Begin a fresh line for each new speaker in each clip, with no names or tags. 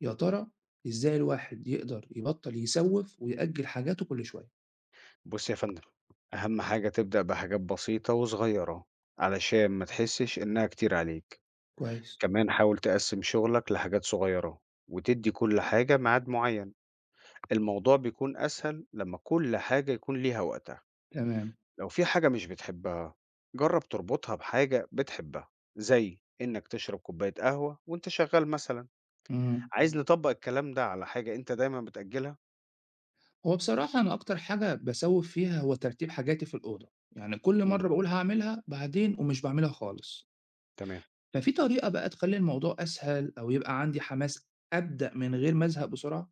يا ترى إزاي الواحد يقدر يبطّل يسوّف ويأجّل حاجاته كل شوية؟
بُص يا فندم، أهم حاجة تبدأ بحاجات بسيطة وصغيرة، علشان ما تحسش إنها كتير عليك،
كويس.
كمان حاول تقسّم شغلك لحاجات صغيرة، وتدّي كل حاجة ميعاد معيّن، الموضوع بيكون أسهل لمّا كل حاجة يكون ليها وقتها،
تمام،
لو في حاجة مش بتحبها، جرّب تربطها بحاجة بتحبها، زي إنك تشرب كوباية قهوة وأنت شغال مثلًا،
إمم.
عايز نطبّق الكلام ده على حاجة أنت دايمًا بتأجلها؟
هو بصراحة أنا أكتر حاجة باسوّف فيها هو ترتيب حاجاتي في الأوضة، يعني كل
إمم،
مرّة باقول هاعملها بعدين ومش باعملها خالص.
تمام.
ففي طريقة بقى تخلّي الموضوع أسهل أو يبقى عندي حماس أبدأ من غير ما أزهق بسرعة؟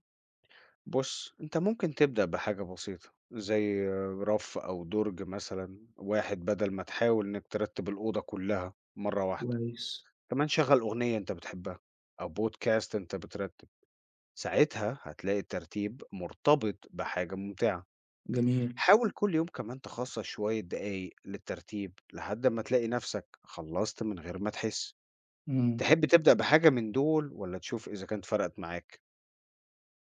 بُص، أنت ممكن تبدأ بحاجة بسيطة، زي رف أو دُرج مثلًا واحد بدل ما تحاول إنك ترتب الأوضة كلها مرة واحدة،
كويس.
كمان شغّل أغنية أنت بتحبها أو بودكاست أنت بترتب، ساعتها هتلاقي الترتيب مرتبط بحاجة ممتعة.
جميل،
حاول كل يوم كمان تخصص شوية دقايق للترتيب لحد ما تلاقي نفسك خلّصت من غير ما تحس.
إمم.
تحب تبدأ بحاجة من دول والّا تشوف إذا كانت فرقت معاك؟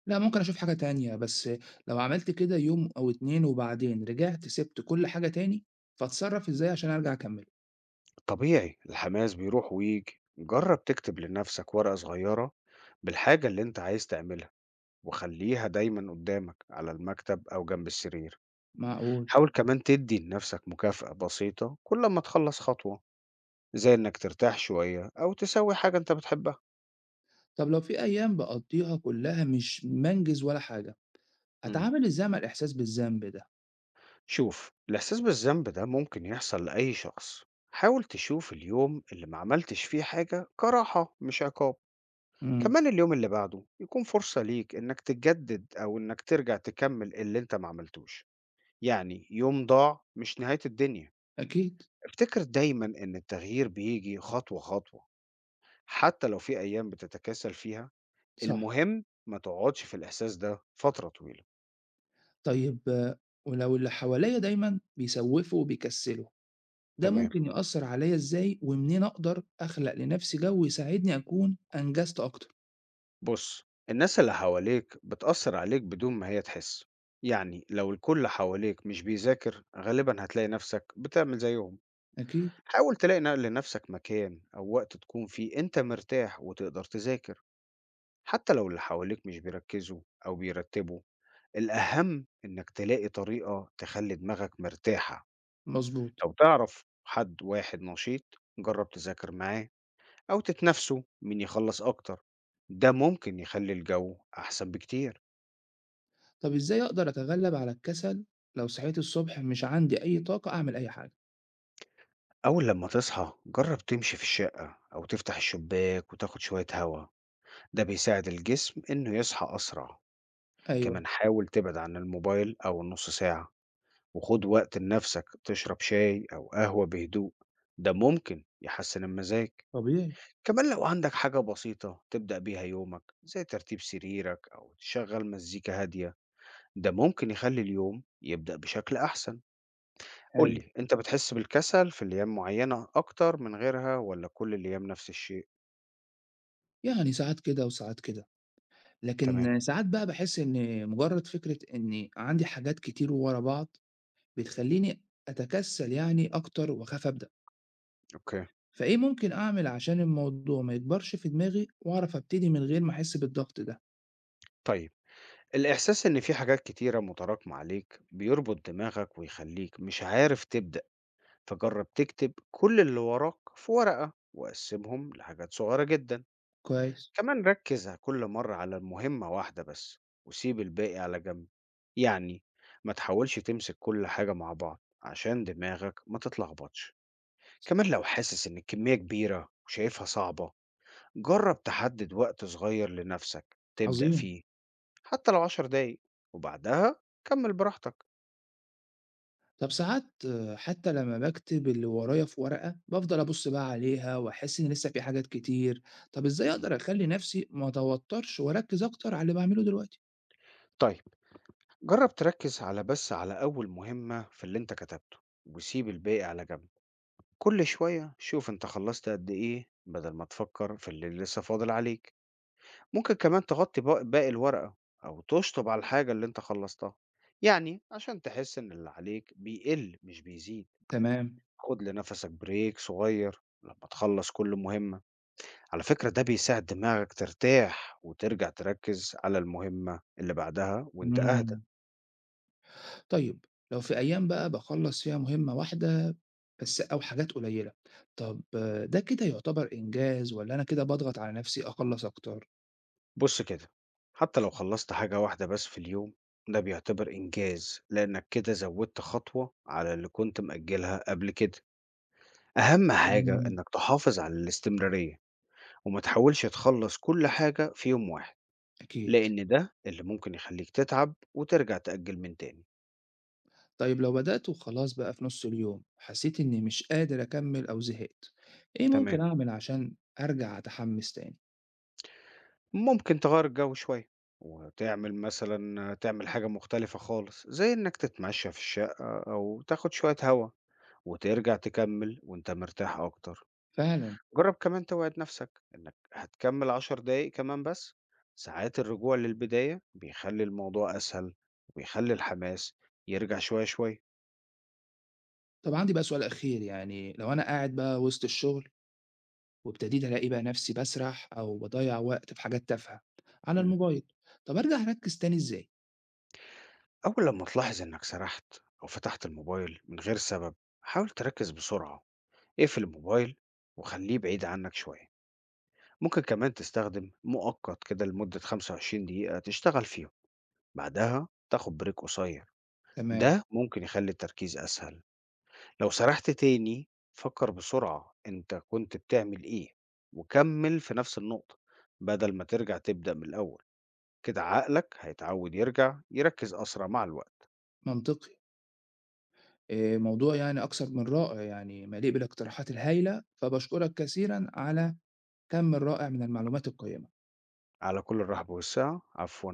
لأ ممكن أشوف حاجة تانية، بس لو عملت كده يوم أو 2 وبعدين رجعت سِبت كل حاجة تاني، فاتصرّف إزاي عشان أرجع أكمّله؟
طبيعي الحماس بيروح ويجي، جرب تكتب لنفسك ورقة صغيرة بالحاجة اللي انت عايز تعملها، وخليها دايما قدامك على المكتب أو جنب السرير.
معقول.
حاول كمان تدي لنفسك مكافأة بسيطة كل ما تخلص خطوة، زي انك ترتاح شوية أو تسوي حاجة انت بتحبها.
طب لو في أيام باقضّيها كلّها مش بانجز ولا حاجة،
مم.
أتعامل إزاي مع الإحساس بالذنب ده؟
شوف، الإحساس بالذنب ده ممكن يحصل لأي شخص. حاول تشوف اليوم اللي ما عملتش فيه حاجة كراحة مش عقاب،
إمم.
كمان اليوم اللي بعده يكون فرصة ليك إنك تجدد أو إنك ترجع تكمل اللي أنت ما عملتوش، يعني يوم ضاع مش نهاية الدنيا.
أكيد،
افتكر دايما إن التغيير بيجي خطوة خطوة، حتى لو في أيام بتتكاسل فيها.
صح.
المهم ما تقعدش في الإحساس ده فترة طويلة.
طيب آه، ولو اللي حواليّا دايمًا بيسوّفوا وبيكسّلوا، ده
تمام،
ممكن يأثّر عليّا إزاي ومنين أقدر أخلق لنفسي جو يساعدني أكون أنجزت أكتر؟
بص، الناس اللي حواليك بتأثر عليك بدون ما هي تحس، يعني لو الكل حواليك مش بيذاكر غالبا هتلاقي نفسك بتعمل زيهم.
أكيد،
حاول تلاقي نقل لنفسك مكان أو وقت تكون فيه أنت مرتاح وتقدر تذاكر، حتى لو اللي حواليك مش بيركزوا أو بيرتبوا. الأهم إنك تلاقي طريقة تخلي دماغك مرتاحة.
مضبوط.
لو تعرف حد واحد نشيط، جرب تذاكر معاه، أو تتنافسوا مين يخلص أكتر، ده ممكن يخلي الجو أحسن بكتير.
طب إزاي أقدر أتغلّب على الكسل لو صحيت الصبح مش عندي أي طاقة أعمل أي حاجة؟
أول لما تصحى، جرب تمشي في الشقة أو تفتح الشباك وتاخد شوية هوا، ده بيساعد الجسم إنه يصحى أسرع.
أيوه،
كمان حاول تبعد عن الموبايل أو النص ساعة، وخد وقت لنفسك تشرب شاي أو قهوة بهدوء، ده ممكن يحسن المزاج.
طبيعي،
كمان لو عندك حاجة بسيطة تبدأ بيها يومك زي ترتيب سريرك أو تشغل مزيكا هادية، ده ممكن يخلي اليوم يبدأ بشكل أحسن.
حلو.
قولي، أنت بتحس بالكسل في الأيام معينة أكتر من غيرها ولا كل الأيام نفس الشيء؟
يعني ساعات كده وساعات كده.
تمام.
لكن ساعات بقى باحس إن مجرد فكرة إني عندي حاجات كتير ورا بعض، بتخلّيني أتكسّل يعني أكتر وأخاف أبدأ،
أوكي.
فإيه ممكن أعمل عشان الموضوع ما يكبرش في دماغي وأعرف أبتدي من غير ما أحس بالضغط ده؟
طيب، الإحساس إن في حاجات كتيرة متراكمة عليك بيربط دماغك ويخليك مش عارف تبدأ، فجرب تكتب كل اللي وراك في ورقة وقسمهم لحاجات صغيرة جدا.
كويس،
كمان ركز كل مرة على المهمة واحدة بس، وسيب الباقي على جنب، يعني ما تحاولش تمسك كل حاجة مع بعض عشان دماغك ما تتلخبطش. كمان لو حاسس إن الكمية كبيرة وشايفها صعبة، جرب تحدد وقت صغير لنفسك تبدأ
عظيم.
فيه، حتى لو عشر دقايق، وبعدها كمل براحتك.
طب ساعات آه، حتى لمّا باكتب اللي ورايا في ورقة، بافضل أبُص بقى عليها وأحس إن لسه في حاجات كتير، طب إزاي
م.
أقدر أخلّي نفسي ما أتوتّرش وأركّز أكتر على اللي باعمله دلوقتي؟
طيب، جرب تركز على بس على أول مهمة في اللي أنت كتبته، وسيب الباقي على جنب. كل شوية شوف أنت خلصت قد إيه بدل ما تفكر في اللي لسه فاضل عليك. ممكن كمان تغطي باقي الورقة، أو تشطب على الحاجة اللي أنت خلصتها، يعني عشان تحس إن اللي عليك بيقل مش بيزيد.
تمام،
خد لنفسك بريك صغير لما تخلص كل مهمة، على فكرة ده بيساعد دماغك ترتاح وترجع تركز على المهمة اللي بعدها وانت أهدى.
إمم. طيب لو في أيام بقى باخلّص فيها مهمة واحدة بس أو حاجات قليلة، طب آه، ده كده يعتبر إنجاز والّا أنا كده باضغط على نفسي أخلّص أكتر؟
بص كده، حتى لو خلصت حاجة واحدة بس في اليوم، ده بيعتبر إنجاز لأنك كده زودت خطوة على اللي كنت مأجلها قبل كده. أهم حاجة
إمم.
إنك تحافظ على الاستمرارية، وما تحاولش تخلص كل حاجة في يوم واحد،
أكيد.
لأن ده اللي ممكن يخليك تتعب وترجع تأجل من تاني.
طيب لو بدأت وخلاص بقى في نُص اليوم، حسيت إني مش قادر أكمّل أو زهقت، إيه
تمام،
ممكن أعمل عشان أرجع أتحمّس تاني؟
ممكن تغير الجو شوية، وتعمل مثلا تعمل حاجة مختلفة خالص زي إنك تتمشى في الشقة أو تاخد شوية هوا، وترجع تكمل وإنت مرتاح أكتر.
فعلًا.
جرّب كمان توعد نفسك إنك هتكمّل 10 دقايق كمان بس، ساعات الرجوع للبداية بيخلّي الموضوع أسهل، وبيخلّي الحماس يرجع شوية، شوية.
طب عندي بقى سؤال أخير يعني لو أنا قاعد بقى وسط الشغل وابتديت ألاقي بقى نفسي باسرح أو باضيّع وقت في حاجات تافهة على
إمم.
الموبايل، طب أرجع أركّز تاني إزاي؟
أول لمّا تلاحظ إنك سرحت أو فتحت الموبايل من غير سبب، حاول تركّز بسرعة، اقفل الموبايل وخلّيه بعيد عنك شوية. ممكن كمان تستخدم مؤقت كده لمدة 25 دقيقة تشتغل فيهم، بعدها تاخد break قصير، ده
تمام.
ممكن يخلّي التركيز أسهل. لو سرحت تاني فكر بسرعة أنت كنت بتعمل إيه، وكمل في نفس النقطة بدل ما ترجع تبدأ من الأول، كده عقلك هيتعود يرجع يركز أسرع مع الوقت.
منطقي. موضوع يعني أكثر من رائع، يعني مليء بالاقتراحات الهايلة، فباشكرك كثيرًا على كم الرائع من المعلومات القيّمة.
على كل الرحب والسعة، عفوا.